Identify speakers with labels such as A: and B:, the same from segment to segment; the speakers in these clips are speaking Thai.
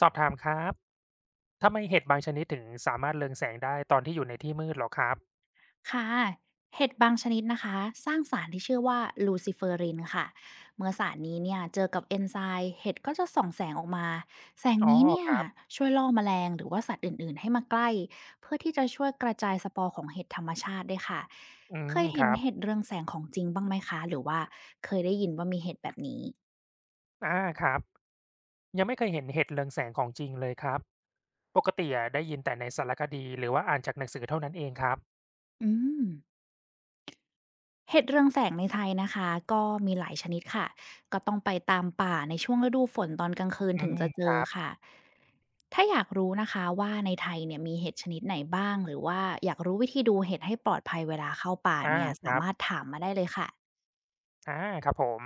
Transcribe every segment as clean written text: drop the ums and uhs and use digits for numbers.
A: สอบถามครับทำไมเห็ดบางชนิดถึงสามารถเรืองแสงได้ตอนที่อยู่ในที่มืดเหรอครับ
B: ค่ะ เห็ดบางชนิดนะคะสร้างสารที่ชื่อว่าลูซิเฟอรินค่ะ เมื่อสารนี้เนี่ยเจอกับเอนไซม์เห็ดก็จะส่องแสงออกมา แสง
A: อ๋อ
B: นี้เนี่
A: ค
B: ย
A: รับ
B: ช่วยล่อแมลงหรือว่าสัตว์อื่นๆให้มาใกล้ เพื่อที่จะช่วยกระจายสปอร์ของเห็ดธรรมชาติด้วยค่ะ
A: อื
B: เค
A: ม
B: ย
A: ค
B: เห็น
A: รับ
B: เห็ดเรืองแสงของจริงบ้างไหมคะหรือว่าเคยได้ยินว่ามีเห็ดแบบนี้
A: อาครับ ยังไม่เคยเห็นเห็ดเรืองแสงของจริงเลยครับ ปกติอะได้ยินแต่ในสารคดีหรือว่าอ่านจากหนังสือเท่านั้นเองครับ
B: อืม เห็ดเรืองแสงในไทยนะคะก็มีหลายชนิดค่ะก็ต้องไปตามป่าในช่วงฤดูฝนตอนกลางคืน
A: อื
B: ถึง
A: ม
B: จะเจ
A: ครั
B: อ
A: บ
B: ค่ะถ้าอยากรู้นะคะว่าในไทยเนี่ยมีเห็ดชนิดไหนบ้างหรือว่าอยากรู้วิธีดูเห็ดให้ปลอดภัยเวลาเข้าป่า
A: อา
B: เนี่ย
A: ค
B: สา
A: รับ
B: มารถถามมาได้เลยค่ะ
A: อาครับผม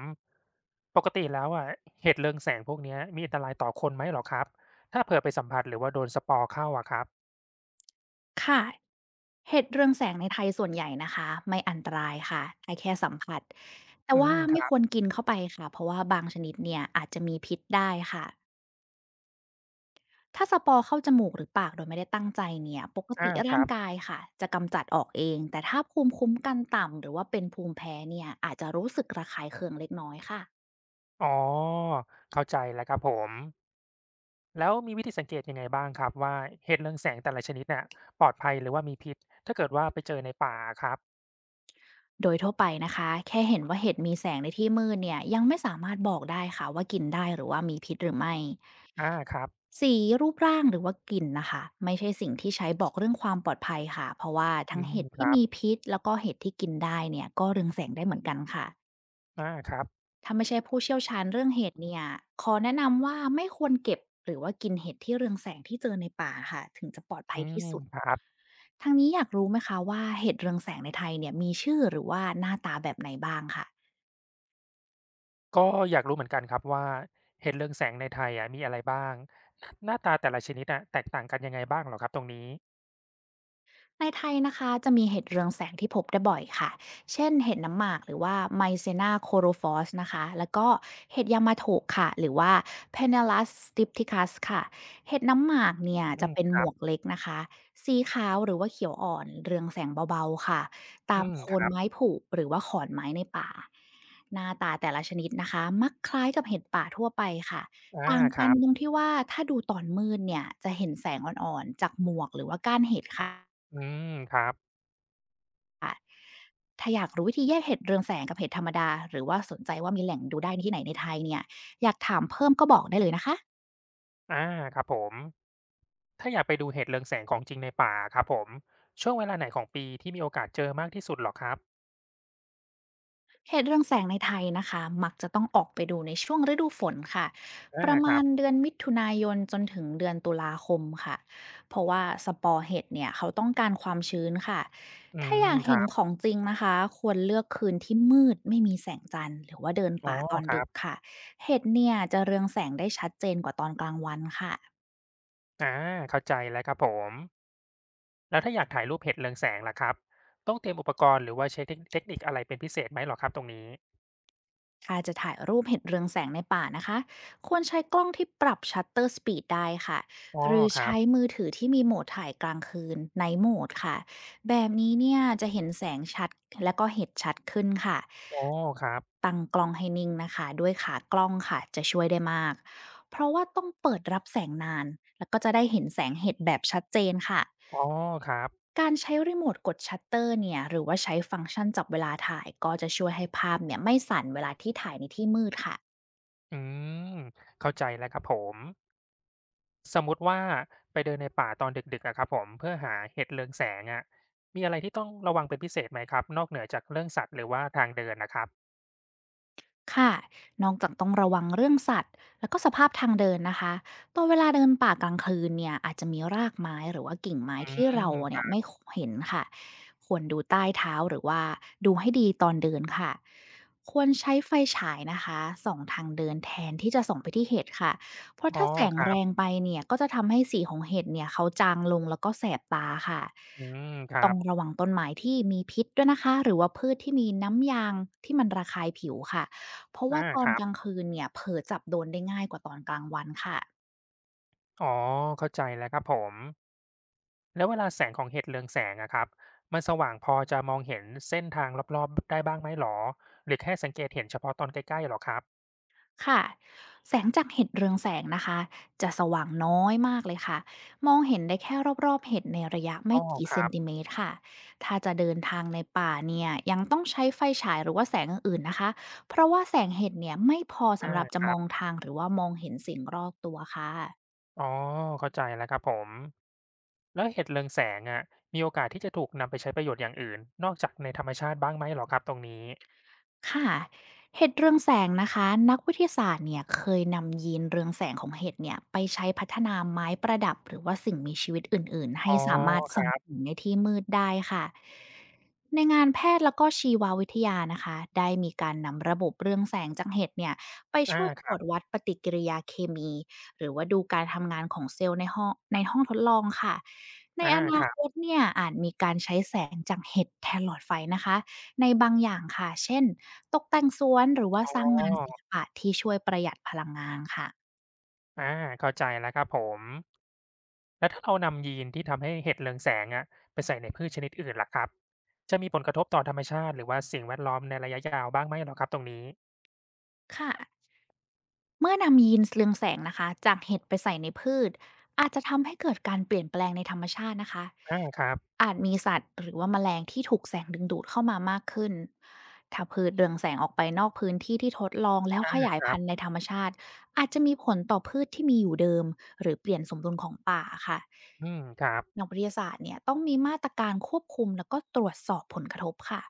A: ปกติแล้วอะเห็ดเรืองแสงพวกเนี้ยมีอันตรายต่อคนไหมเหรอครับถ้าเผื่อไปสัมผัสหรือว่าโดนสปอร์เข้าอะครับ
B: ค่ะเห็ดเรืองแสงในไทยส่วนใหญ่นะคะไม่อันตรายค่ะได้แค่สัมผัสแต่
A: อื
B: ว่า
A: มค
B: ไม่
A: รั
B: ค
A: บ
B: วรกินเข้าไปค่ะเพราะว่าบางชนิดเนี่ยอาจจะมีพิษได้ค่ะ ถ้าสปอร์เข้าจมูกหรือปากโดยไม่ได้ตั้งใจเนี่ยปกติ
A: อาค
B: ร่า
A: รั
B: ง
A: บ
B: กายค่ะจะกำจัดออกเองแต่ถ้าภูมิคุ้มกันต่ำหรือว่าเป็นภูมิแพ้เนี่ยอาจจะรู้สึกระคายเคืองเล็กน้อยค่ะ
A: อ๋อเข้าใจแล้วครับผม แล้วมีวิธีสังเกตยังไงบ้างครับว่าเห็ดเรืองแสงแต่ละชนิดเนี่ยปลอดภัยหรือว่ามีพิษถ้าเกิดว่าไปเจอในป่าครับ
B: โดยทั่วไปนะคะแค่เห็นว่าเห็ดมีแสงในที่มืดเนี่ยยังไม่สามารถบอกได้ค่ะว่ากินได้หรือว่ามีพิษหรือไม่
A: อาครับ
B: สีรูปร่างหรือว่ากลิ่นนะคะไม่ใช่สิ่งที่ใช้บอกเรื่องความปลอดภัยค่ะเพราะว่า
A: อื
B: ทั้ง
A: ม
B: เห็ด
A: ค
B: ที่
A: รับ
B: มีพิษแล้วก็เห็ดที่กินได้เนี่ยก็เรืองแสงได้เหมือนกันค่ะ
A: อาครับ
B: ถ้าไม่ใช่ผู้เชี่ยวชาญเรื่องเห็ดเนี่ยขอแนะนำว่าไม่ควรเก็บหรือว่ากินเห็ดที่เรืองแสงที่เจอในป่าค่ะถึงจะปลอดภั
A: อื
B: ยที่
A: ม
B: สุด
A: ครับ
B: ทางนี้อยากรู้ไหมคะว่าเห็ดเรืองแสงในไทยเนี่ยมีชื่อหรือว่าหน้าตาแบบไหนบ้างค่ะ
A: ก็อยากรู้เหมือนกันครับว่าเห็ดเรืองแสงในไทยอะมีอะไรบ้างหน้าตาแต่ละชนิดอะแตกต่างกันยังไงบ้างเหรอครับตรงนี้
B: ในไทยนะคะจะมีเห็ดเรืองแสงที่พบได้บ่อยค่ะ เช่นเห็ดน้ำหมากหรือว่า Mycena corophy นะคะ แล้วก็เห็ดยามาโถค่ะ หรือว่า p e n e l ัส s stypticus คสค่ะ เห็ดน้ำหมากเนี่ยจะ
A: อืม
B: เป็นหมวกเล็กนะคะสีขาวหรือว่าเขียวอ่อนเรืองแสงเบาๆค่ะ ตา
A: อื
B: ม
A: ม
B: โค
A: ค
B: น
A: รับ
B: ไม้ผุหรือว่าขอนไม้ในป่า หน้าตาแต่ละชนิดนะคะมักคล้ายกับเห็ดป่าทั่วไปค่ะ
A: อา
B: ต่าง
A: ค
B: กัน
A: รับ
B: ตรงที่ว่าถ้าดูตอนมืดเนี่ยจะเห็นแสงอ่อนๆจากหมวกหรือว่าก้านเห็ดค่ะ
A: อืมครับ
B: ถ้าอยากรู้วิธีแยกเห็ดเรืองแสงกับเห็ดธรรมดาหรือว่าสนใจว่ามีแหล่งดูได้ที่ไหนในไทยเนี่ยอยากถามเพิ่มก็บอกได้เลยนะคะ
A: อาครับผมถ้าอยากไปดูเห็ดเรืองแสงของจริงในป่าครับผมช่วงเวลาไหนของปีที่มีโอกาสเจอมากที่สุดเหรอครับ
B: เห็ดเรืองแสงในไทยนะคะมักจะต้องออกไปดูในช่วงฤดูฝนค่ะป
A: อา
B: ระ
A: ค
B: มา
A: รั
B: ณ
A: บ
B: เดือนมิถุนายนจนถึงเดือนตุลาคมค่ะเพราะว่าสปอร์เห็ดเนี่ยเขาต้องการความชื้นค่ะ
A: อื
B: ถ้า
A: ม
B: อยาก
A: ค
B: เห็
A: รั
B: นข
A: บ
B: องจริงนะคะควรเลือกคืนที่มืดไม่มีแสงจันทร์หรือว่าเดิน
A: อ๋อ
B: ป่าตอน
A: ครั
B: ดึก
A: บ
B: ค่ะเห็ดเนี่ยจะเรืองแสงได้ชัดเจนกว่าตอนกลางวันค่ะ
A: อาเข้าใจแล้วครับผม แล้วถ้าอยากถ่ายรูปเห็ดเรืองแสงล่ะครับ ต้องเตรียมอุปกรณ์หรือว่าใช้เทคนิคอะไรเป็นพิเศษไหมหรอครับตรงนี้
B: ถ้าจะถ่ายรูปเห็นเรืองแสงในป่านะคะควรใช้กล้องที่ปรับชัตเตอร์สปีดได้ค่ะ
A: อ๋อ
B: หรือ
A: ครั
B: ใช้
A: บ
B: มือถือที่มีโหมดถ่ายกลางคืนในโหมดค่ะแบบนี้เนี่ยจะเห็นแสงชัดและก็เห็นชัดขึ้นค่ะ
A: อ๋อครับ
B: ตั้งกล้องให้นิ่งนะคะด้วยขากล้องค่ะจะช่วยได้มากเพราะว่าต้องเปิดรับแสงนานแล้วก็จะได้เห็นแสงเห็ดแบบชัดเจนค่ะ
A: อ๋อครับ
B: การใช้รีโมทกดชัตเตอร์เนี่ยหรือว่าใช้ฟังก์ชันจับเวลาถ่ายก็จะช่วยให้ภาพเนี่ยไม่สั่นเวลาที่ถ่ายในที่มืดค่ะ
A: อืมเข้าใจแล้วครับผมสมมุติว่าไปเดินในป่าตอนดึกๆอะครับผมเพื่อหาเห็ดเรืองแสงอะมีอะไรที่ต้องระวังเป็นพิเศษไหมครับนอกเหนือจากเรื่องสัตว์หรือว่าทางเดินนะครับ
B: ค่ะนอกจากต้องระวังเรื่องสัตว์แล้วก็สภาพทางเดินนะคะตัวเวลาเดินป่ากลางคืนเนี่ยอาจจะมีรากไม้หรือว่ากิ่งไม้
A: อื
B: ที่
A: ม
B: เรา
A: ค
B: เนี่
A: รั
B: ย
A: บ
B: ไม่เห็นค่ะควรดูใต้เท้าหรือว่าดูให้ดีตอนเดินค่ะควรใช้ไฟฉายนะคะส่องทางเดินแทนที่จะส่องไปที่เห็ดค่ะเพราะ
A: อ๋อ
B: ถ้าแสง
A: ครั
B: แรง
A: บ
B: ไปเนี่ยก็จะทำให้สีของเห็ดเนี่ยเขาจางลงแล้วก็แสบตาค่ะ
A: อืมครั
B: ต้อง
A: บ
B: ระวังต้นไม้ที่มีพิษด้วยนะคะหรือว่าพืชที่มีน้ำยางที่มันระคายผิวค่ะ เพราะว่า
A: อา
B: ตอ
A: ค
B: น
A: รั
B: ก
A: บ
B: ลางคืนเนี่ยเผลอจับโดนได้ง่ายกว่าตอนกลางวันค่ะ
A: อ๋อเข้าใจแล้วครับผม แล้วเวลาแสงของเห็ดเรืองแสงอะครับมันสว่างพอจะมองเห็นเส้นทางรอบๆได้บ้างไหมหรอหรือแค่สังเกตเห็นเฉพาะตอนใกล้ๆเหรอครับ
B: ค่ะแสงจากเห็ดเรืองแสงนะคะจะสว่างน้อยมากเลยค่ะ มองเห็นได้แค่รอบๆเห็ดในระยะไม่
A: อ้อ
B: กี่
A: ค
B: เซ
A: รั
B: น
A: บ
B: ติเมตรค่ะ ถ้าจะเดินทางในป่าเนี่ยยังต้องใช้ไฟฉายหรือว่าแสงอื่นๆนะคะเพราะว่าแสงเห็ดเนี่ยไม่พอสำ
A: อา
B: หรับจะ
A: ค
B: ม
A: รั
B: อง
A: บ
B: ทางหรือว่ามองเห็นสิ่งรอบตัวค่ะ
A: อ๋อเข้าใจแล้วครับผมแล้วเห็ดเรืองแสงอะมีโอกาสที่จะถูกนำไปใช้ประโยชน์อย่างอื่นนอกจากในธรรมชาติบ้างไหมหรอครับตรงนี้
B: ค่ะเห็ดเรืองแสงนะคะนักวิทยาศาสตร์เนี่ยเคยนำยีนเรืองแสงของเห็ดเนี่ยไปใช้พัฒนาไม้ประดับหรือว่าสิ่งมีชีวิตอื่นๆ
A: อ๋
B: ให้
A: อ
B: สามารถ
A: ค
B: ส่อ
A: รั
B: งเห็
A: บ
B: นในที่มืดได้ค่ะในงานแพทย์แล้วก็ชีววิทยานะคะได้มีการนำระบบเรืองแสงจากเห็ดเนี่ยไป
A: อา
B: ช่วย
A: ค
B: ตร
A: รั
B: ว
A: บ
B: จวัดปฏิกิริยาเคมีหรือว่าดูการทำงานของเซลล์ในห้องทดลองค่ะใน
A: อา
B: อ
A: ค
B: นา
A: รั
B: คต
A: บ
B: เนี่ยอาจมีการใช้แสงจากเห็ดแทนหลอดไฟนะคะในบางอย่างค่ะเช่น ตกแต่งสวนหรือว่า
A: อ๋
B: สร้าง
A: อ
B: งานศิลปะที่ช่วยประหยัดพลังงานค่ะ
A: อาเข้าใจแล้วครับผม แล้วถ้าเรานำยีนที่ทำให้เห็ดเรืองแสงอะไปใส่ในพืชชนิดอื่นล่ะครับจะมีผลกระทบต่อธรรมชาติหรือว่าสิ่งแวดล้อมในระยะยาวบ้างไหมเหรอครับตรงนี้
B: ค่ะเมื่อนำยีนเรืองแสงนะคะจากเห็ดไปใส่ในพืชอาจจะทำให้เกิดการเปลี่ยนแปลงในธรรมชาตินะคะ
A: อาครับ
B: อาจมีสัตว์หรือว่าแมลงที่ถูกแสงดึงดูดเข้ามามากขึ้นถ้าพืชเรืองแสงออกไปนอกพื้นที่ที่ทดลองแล้วขยาย
A: ครั
B: พันธุ์ใน
A: บ
B: ธรรมชาติอาจจะมีผลต่อพืชที่มีอยู่เดิมหรือเปลี่ยนสมดุลของป่าค่ะ
A: อืมครับ
B: นักวิทยาศาสตร์เนี่ยต้องมีมาตรการควบคุมแล้วก็ตรวจสอบผลกระทบค่ะ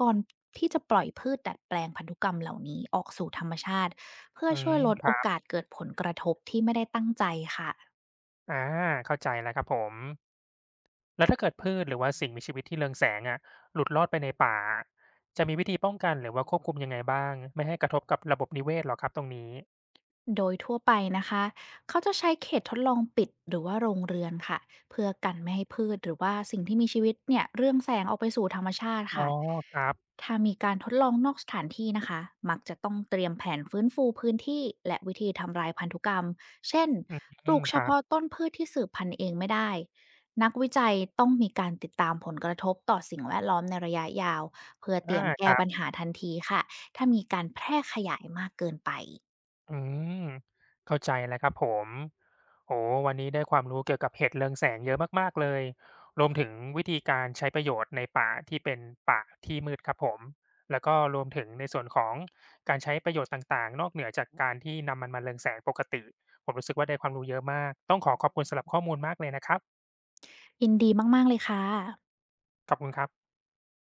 B: ก่อนที่จะปล่อยพืชดัดแปลงพันธุกรรมเหล่านี้ออกสู่ธรรมชาติเพื่อ
A: อื
B: ช่ว
A: ม
B: ยลด
A: ค
B: โอ
A: รับ
B: กาสเกิดผลกระทบที่ไม่ได้ตั้งใจค่ะ
A: อาเข้าใจแล้วครับผม แล้วถ้าเกิดพืชหรือว่าสิ่งมีชีวิตที่เรืองแสงอะหลุดรอดไปในป่าจะมีวิธีป้องกันหรือว่าควบคุมยังไงบ้างไม่ให้กระทบกับระบบนิเวศเหรอครับตรงนี้
B: โดยทั่วไปนะคะ เขาจะใช้เขตทดลองปิดหรือว่าโรงเรือนค่ะเพื่อกันไม่ให้พืชหรือว่าสิ่งที่มีชีวิตเนี่ยเรื่องแสงออกไปสู่ธรรมชาติ
A: อ๋อ
B: ค่ะ
A: ครับ
B: ถ้ามีการทดลองนอกสถานที่นะคะมักจะต้องเตรียมแผนฟื้นฟูพื้นที่และวิธีทำลายพันธุกรรมเช่นป
A: อื
B: ลู
A: ม
B: ก
A: ค
B: เฉ
A: รับ
B: พาะต้นพืชที่สืบพันธุ์เองไม่ได้นักวิจัยต้องมีการติดตามผลกระทบต่อสิ่งแวดล้อมในระยะยาวเพื่อเต
A: อา
B: รียม
A: ค
B: แก้
A: รั
B: ปัญ
A: บ
B: หาทันทีค่ะถ้ามีการแพร่ขยายมากเกินไป
A: อืมเข้าใจแล้วครับผมโอ้วันนี้ได้ความรู้เกี่ยวกับเห็ดเรืองแสงเยอะมากๆเลยรวมถึงวิธีการใช้ประโยชน์ในป่าที่เป็นป่าที่มืดครับผมแล้วก็รวมถึงในส่วนของการใช้ประโยชน์ต่างๆนอกเหนือจากการที่นำมันมาเรืองแสงปกติผมรู้สึกว่าได้ความรู้เยอะมากต้องขอขอบคุณสำหรับข้อมูลมากเลยนะครับ
B: ยินดีมากๆเลยค่ะ
A: ขอบคุณครับ